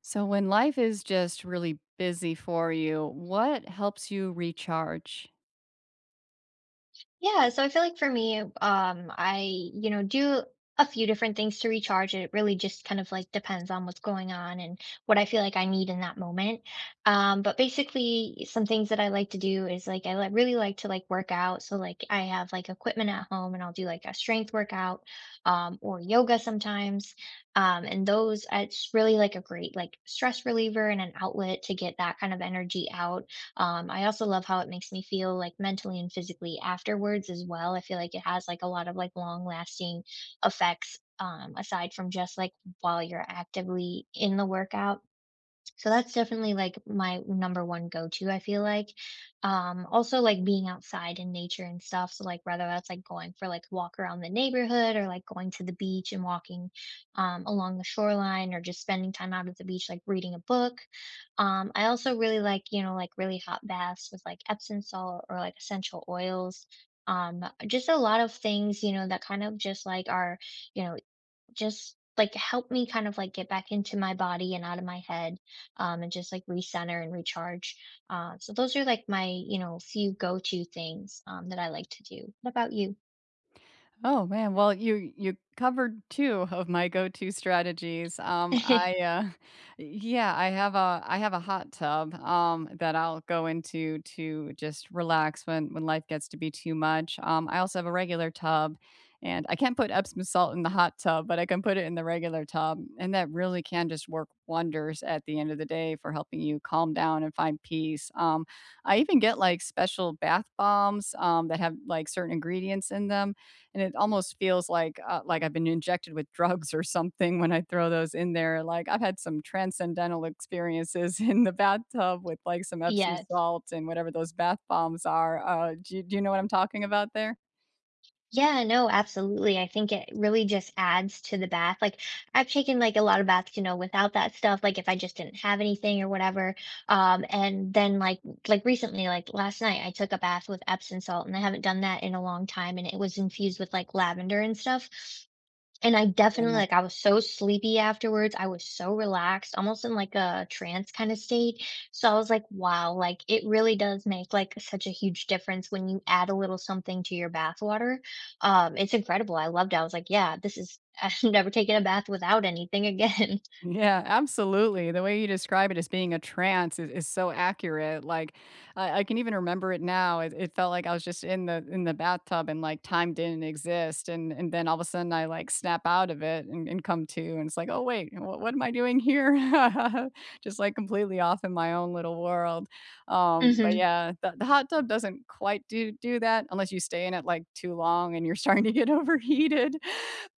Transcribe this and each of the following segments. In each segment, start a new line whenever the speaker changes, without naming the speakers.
So, when life is just really busy for you, what helps you recharge?
Yeah, so I feel like for me, I do a few different things to recharge. It really just kind of like depends on what's going on and what I feel like I need in that moment. But basically, some things that I like to do is like I like really like to like work out. So like I have like equipment at home and I'll do like a strength workout, or yoga sometimes. And those, it's really like a great like stress reliever and an outlet to get that kind of energy out. I also love how it makes me feel like mentally and physically afterwards as well. I feel like it has like a lot of like long lasting effects, aside from just like while you're actively in the workout. So that's definitely like my number one go to, I feel like. Also like being outside in nature and stuff. So like whether that's like going for like a walk around the neighborhood or like going to the beach and walking along the shoreline or just spending time out at the beach, like reading a book. I also really like, like really hot baths with like Epsom salt or like essential oils. Just a lot of things, that kind of just like are, you know, just like help me kind of like get back into my body and out of my head, and just like recenter and recharge. So those are like my few go-to things, that I like to do. What about you?
Oh man, well you covered two of my go-to strategies. I yeah, I have a hot tub that I'll go into to just relax when life gets to be too much. I also have a regular tub, and I can't put Epsom salt in the hot tub, but I can put it in the regular tub, and that really can just work wonders at the end of the day for helping you calm down and find peace. I even get like special bath bombs that have like certain ingredients in them, and it almost feels like I've been injected with drugs or something when I throw those in there, like, I've had some transcendental experiences in the bathtub with, like, some Epsom
Yes.
salt and whatever those bath bombs are, do you know what I'm talking about there?
Yeah, no, absolutely. I think it really just adds to the bath. Like I've taken like a lot of baths, without that stuff, like if I just didn't have anything or whatever. And then like recently, like last night, I took a bath with Epsom salt and I haven't done that in a long time and it was infused with like lavender and stuff. And I definitely
Yeah.
like, I was so sleepy afterwards. I was so relaxed, almost in like a trance kind of state. So I was like, wow, like it really does make like such a huge difference when you add a little something to your bath water. It's incredible. I loved it. I was like, yeah, this is, I've never taken a bath without anything again.
Yeah, absolutely. The way you describe it as being a trance is so accurate. Like I can even remember it now. It felt like I was just in the bathtub and like time didn't exist. And then all of a sudden I like snap out of it and come to and it's like, oh wait, what am I doing here? Just like completely off in my own little world. But
Hmm.
yeah, the hot tub doesn't quite do that unless you stay in it like too long and you're starting to get overheated.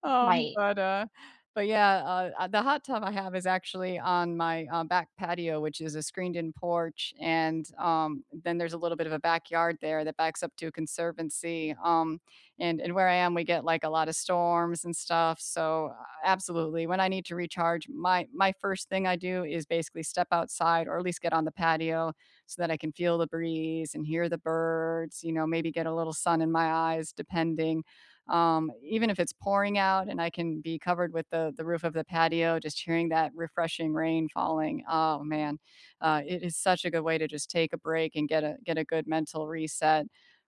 Um,
Right.
but uh but yeah, the hot tub I have is actually on my, back patio, which is a screened-in porch, and, then there's a little bit of a backyard there that backs up to a conservancy, and where I am, we get, like, a lot of storms and stuff, so, absolutely, when I need to recharge, my first thing I do is basically step outside or at least get on the patio so that I can feel the breeze and hear the birds, you know, maybe get a little sun in my eyes depending, even if it's pouring out and I can be covered with the roof of the patio, just hearing that refreshing rain falling. Oh man, it is such a good way to just take a break and get a good mental reset.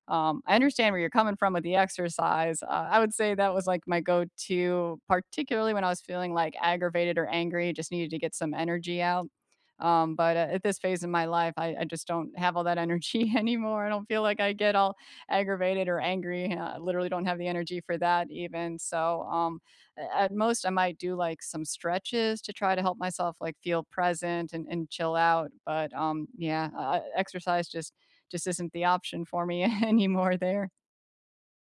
I understand where you're coming from with the exercise. I would say that was like my go-to, particularly when I was feeling like aggravated or angry, just needed to get some energy out. But at this phase in my life, I just don't have all that energy anymore. I don't feel like I get all aggravated or angry, I literally don't have the energy for that even, so, a at most, I might do, like, some stretches to try to help myself, like, feel present and chill out, but, yeah, exercise just isn't the option for me anymore there.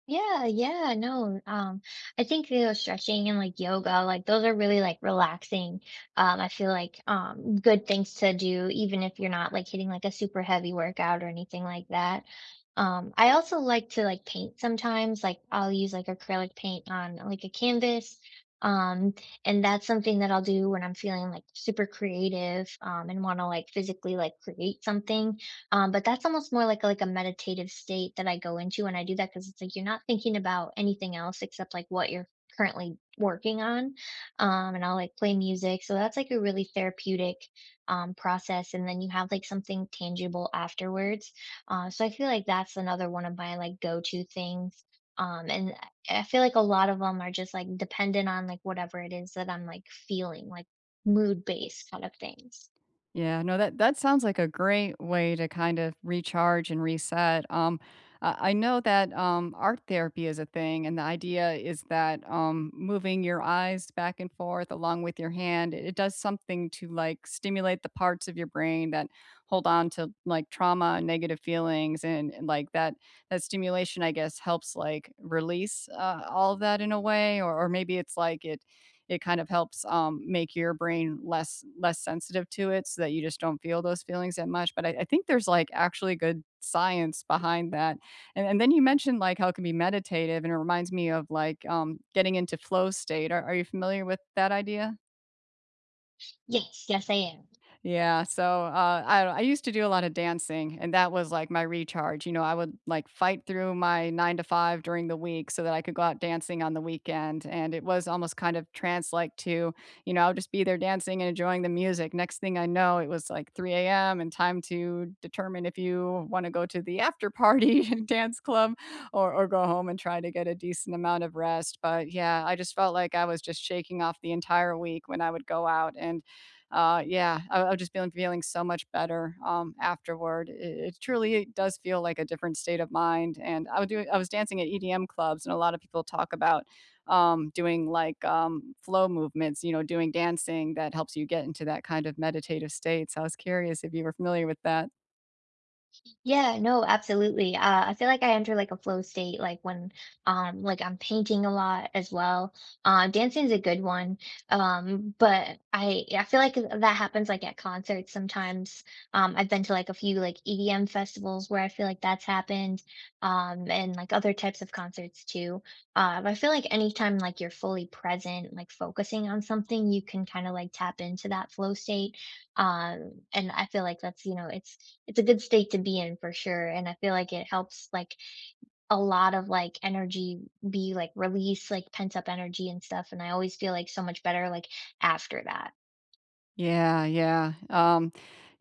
Yeah, yeah, no, I think, stretching and like yoga, like those are really like relaxing. I feel like good things to do, even if you're not like hitting like a super heavy workout or anything like that. I also like to like paint sometimes, like I'll use like acrylic paint on like a canvas. Um, and that's something that I'll do when I'm feeling like super creative, and want to like physically like create something. But that's almost more like a meditative state that I go into when I do that because it's like you're not thinking about anything else except like what you're currently working on. And I'll like play music. So that's like a really therapeutic, process. And then you have like something tangible afterwards. So I feel like that's another one of my like go to things. And I feel like a lot of them are just like dependent on like whatever it is that I'm like feeling, like mood based kind of things.
Yeah, no, that that sounds like a great way to kind of recharge and reset. I know that art therapy is a thing, and the idea is that moving your eyes back and forth along with your hand, it does something to like stimulate the parts of your brain that hold on to like trauma and negative feelings, and like that that stimulation, I guess, helps like release all of that in a way, or maybe it's like it kind of helps make your brain less less sensitive to it so that you just don't feel those feelings that much but I think there's like actually good science behind that and then you mentioned like how it can be meditative and it reminds me of like getting into flow state are you familiar with that idea?
Yes, yes, I am.
Yeah, so, I used to do a lot of dancing, and that was, like, my recharge, you know, I would, like, fight through my 9 to 5 during the week so that I could go out dancing on the weekend, and it was almost kind of trance-like too, you know, I would just be there dancing and enjoying the music. Next thing I know, it was, like, 3 a.m. and time to determine if you wanna go to the after party and dance club or go home and try to get a decent amount of rest, but, yeah, I just felt like I was just shaking off the entire week when I would go out and yeah, I've just been feeling so much better, afterward. It truly does feel like a different state of mind, and I would do I was dancing at EDM clubs, and a lot of people talk about, doing, like, flow movements, you know, doing dancing that helps you get into that kind of meditative state, so I was curious if you were familiar with that.
Yeah, no, absolutely. I feel like I enter like a flow state, like when like I'm painting a lot as well. Dancing is a good one, but I feel like that happens like at concerts sometimes. I've been to like a few like EDM festivals where I feel like that's happened, and like other types of concerts too. But I feel like anytime like you're fully present, like focusing on something, you can kind of like tap into that flow state. And I feel like that's it's a good state to be in for sure, and I feel like it helps, like, a lot of, like, energy be, like, release, like, pent-up energy and stuff, and I always feel, like, so much better, like, after that.
Yeah, yeah.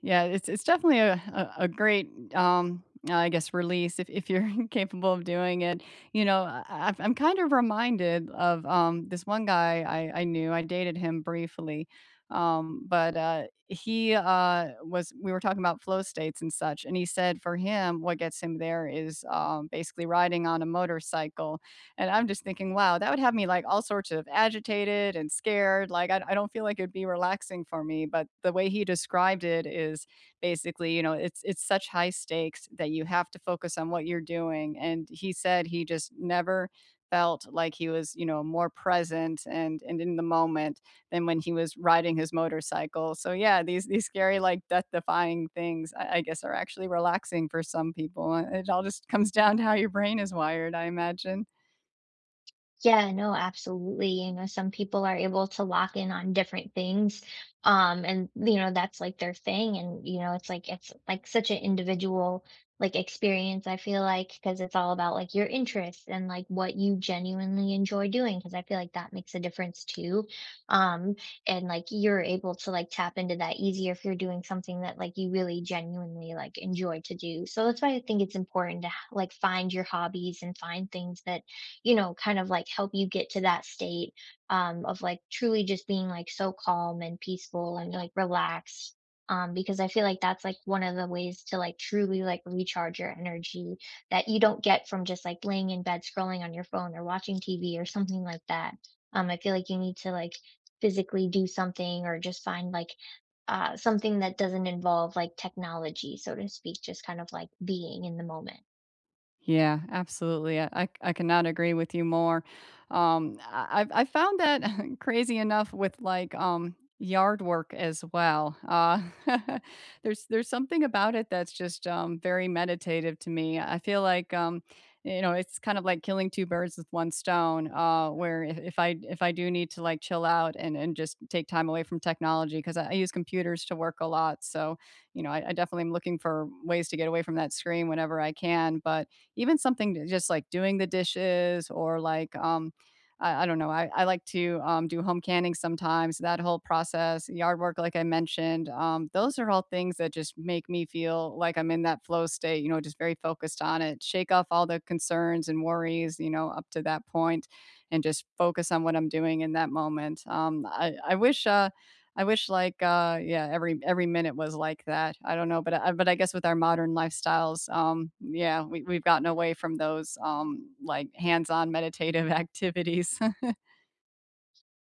Yeah, it's definitely a great I guess release if you're capable of doing it. You know, I'm kind of reminded of this one guy I knew. I dated him briefly, but he was we were talking about flow states and such, and he said for him what gets him there is basically riding on a motorcycle, and I'm just thinking, wow, that would have me like all sorts of agitated and scared. Like, I don't feel like it'd be relaxing for me. But the way he described it is basically, you know, it's such high stakes that you have to focus on what you're doing. And he said he just never felt like he was, you know, more present and in the moment than when he was riding his motorcycle. So yeah, these scary like death defying things, I guess, are actually relaxing for some people. It all just comes down to how your brain is wired, I imagine.
Yeah, no, absolutely. You know, some people are able to lock in on different things. And that's like their thing. And, it's like such an individual like experience, I feel like, because it's all about like your interests and like what you genuinely enjoy doing. Cause I feel like that makes a difference too. Um, and like you're able to like tap into that easier if you're doing something that like you really genuinely like enjoy to do. So that's why I think it's important to like find your hobbies and find things that kind of like help you get to that state, of like truly just being like so calm and peaceful and like relaxed. Because I feel like that's like one of the ways to like truly like recharge your energy that you don't get from just like laying in bed scrolling on your phone or watching TV or something like that. I feel like you need to like physically do something or just find like something that doesn't involve like technology, so to speak, just kind of like being in the moment.
Yeah, absolutely. I cannot agree with you more. I found that crazy enough with like yard work as well. There's something about it that's just very meditative to me. I feel like you know it's kind of like killing two birds with one stone. Where if I do need to like chill out and just take time away from technology because I use computers to work a lot, so you know I definitely am looking for ways to get away from that screen whenever I can, but even something to just like doing the dishes or like I don't know. I like to do home canning sometimes. That whole process, yard work, like I mentioned, those are all things that just make me feel like I'm in that flow state. You know, just very focused on it. Shake off all the concerns and worries. You know, up to that point, and just focus on what I'm doing in that moment. I wish like, yeah, every minute was like that. I don't know, but I guess with our modern lifestyles, yeah, we've gotten away from those, like hands-on meditative activities.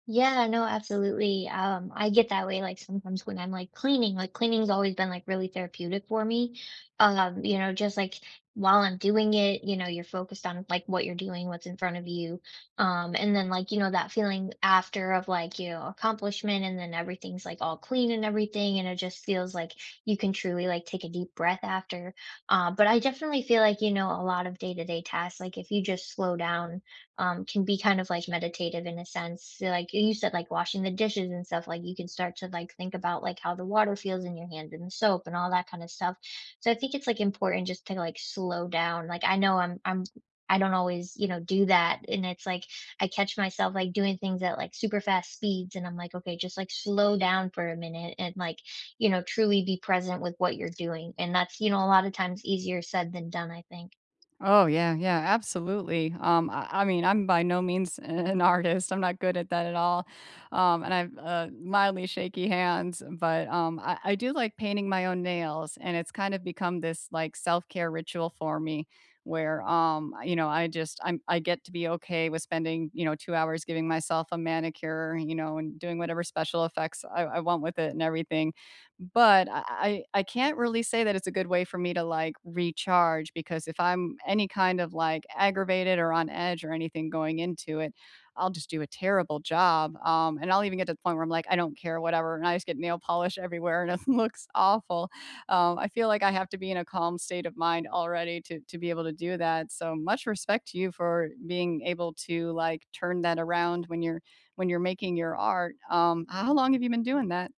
Yeah, no, absolutely. I get that way, like, sometimes when I'm, like, cleaning, like, cleaning's always been, like, really therapeutic for me. Just, like, while I'm doing it, you're focused on, like, what you're doing, what's in front of you. And then, like, that feeling after of, like, accomplishment and then everything's, like, all clean and everything, and it just feels like you can truly, like, take a deep breath after. But I definitely feel like, a lot of day-to-day tasks, like, if you just slow down, can be kind of like meditative in a sense. So, like you said, like washing the dishes and stuff, like you can start to like think about like how the water feels in your hand and the soap and all that kind of stuff. So I think it's like important just to like slow down. Like I know I don't always, do that. And it's like I catch myself like doing things at like super fast speeds and I'm like, okay, just like slow down for a minute and like, truly be present with what you're doing. And that's, a lot of times easier said than done, I think.
Oh yeah, yeah, absolutely. I mean, I'm by no means an artist. I'm not good at that at all. And I've mildly shaky hands, but I do like painting my own nails, and it's kind of become this like self care ritual for me, where you know, I just I'm I get to be okay with spending you know 2 hours giving myself a manicure, you know, and doing whatever special effects I want with it and everything but I can't really say that it's a good way for me to, like, recharge because if I'm any kind of, like, aggravated or on edge or anything going into it, I'll just do a terrible job, and I'll even get to the point where I'm like, "I don't care, whatever," and I just get nail polish everywhere and it looks awful. I feel like I have to be in a calm state of mind already to be able to do that, so much respect to you for being able to, like, turn that around when you're making your art. How long have you been doing that?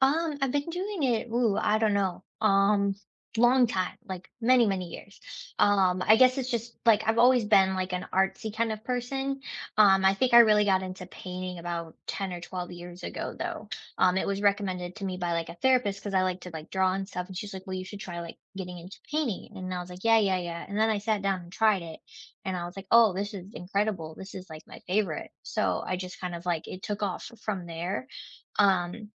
I've been doing it, ooh, I don't know, long time, like many, many years. I guess it's just like I've always been like an artsy kind of person. I think I really got into painting about 10 or 12 years ago though. It was recommended to me by like a therapist because I like to like draw and stuff, and she's like, "Well, you should try like getting into painting." And I was like, "Yeah, yeah, yeah." And then I sat down and tried it, and I was like, "Oh, this is incredible. This is like my favorite." So I just kind of like it took off from there. Um,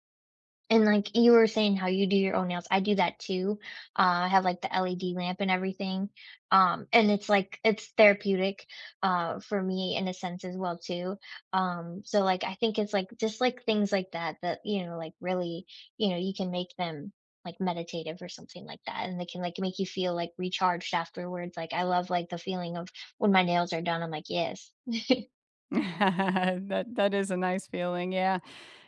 and, like, you were saying how you do your own nails, I do that too. I have, like, the LED lamp and everything, and it's, like it's therapeutic, for me in a sense as well too. So, like, I think it's, like, just, like, things like that that, like, really, you can make them, like, meditative or something like that, and they can, like, make you feel, like, recharged afterwards, like, I love, like, the feeling of when my nails are done, I'm like, "Yes."
That is a nice feeling, yeah.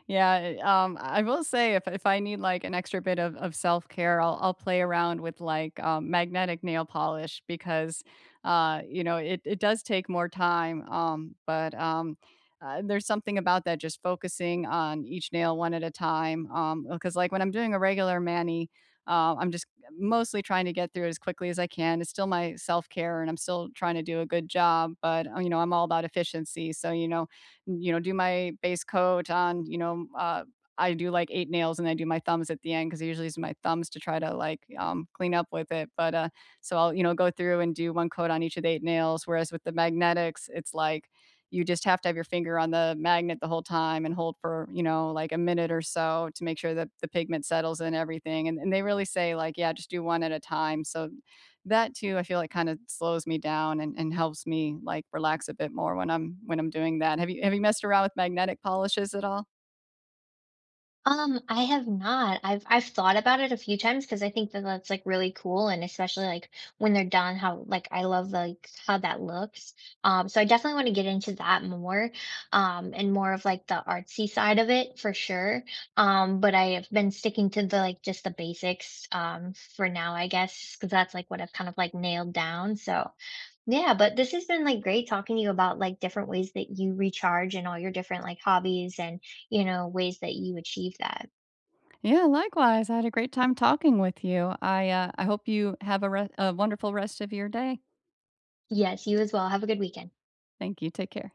Yeah, I will say if I need, like, an extra bit of self-care, I'll play around with, like, magnetic nail polish because, you know, it does take more time, there's something about that just focusing on each nail one at a time. Because like, when I'm doing a regular mani, I'm just mostly trying to get through it as quickly as I can. It's still my self-care and I'm still trying to do a good job, but, you know, I'm all about efficiency. So, you know you know, do my base coat on, you know, I do like 8 nails and I do my thumbs at the end 'cause I usually use my thumbs to try to, like, clean up with it, but, so I'll, you know, go through and do 1 coat on each of the 8 nails, whereas with the magnetics, it's like you just have to have your finger on the magnet the whole time and hold for, you know, like a minute or so to make sure that the pigment settles and everything. And they really say like, yeah, just do one at a time. So that too, I feel like kind of slows me down and helps me like relax a bit more when I'm doing that. Have you messed around with magnetic polishes at all?
I have not. I've thought about it a few times because I think that that's, like, really cool, and especially, like, when they're done, how like, I love, like, how that looks. So I definitely wanna get into that more, and more of, like, the artsy side of it for sure. But I have been sticking to the, like, just the basics, for now, I guess, because that's, like, what I've kind of, like, nailed down, so yeah, but this has been, like, great talking to you about, like, different ways that you recharge and all your different, like, hobbies and, ways that you achieve that.
Yeah, likewise. I had a great time talking with you. I hope you have a, a wonderful rest of your day.
Yes, you as well. Have a good weekend.
Thank you. Take care.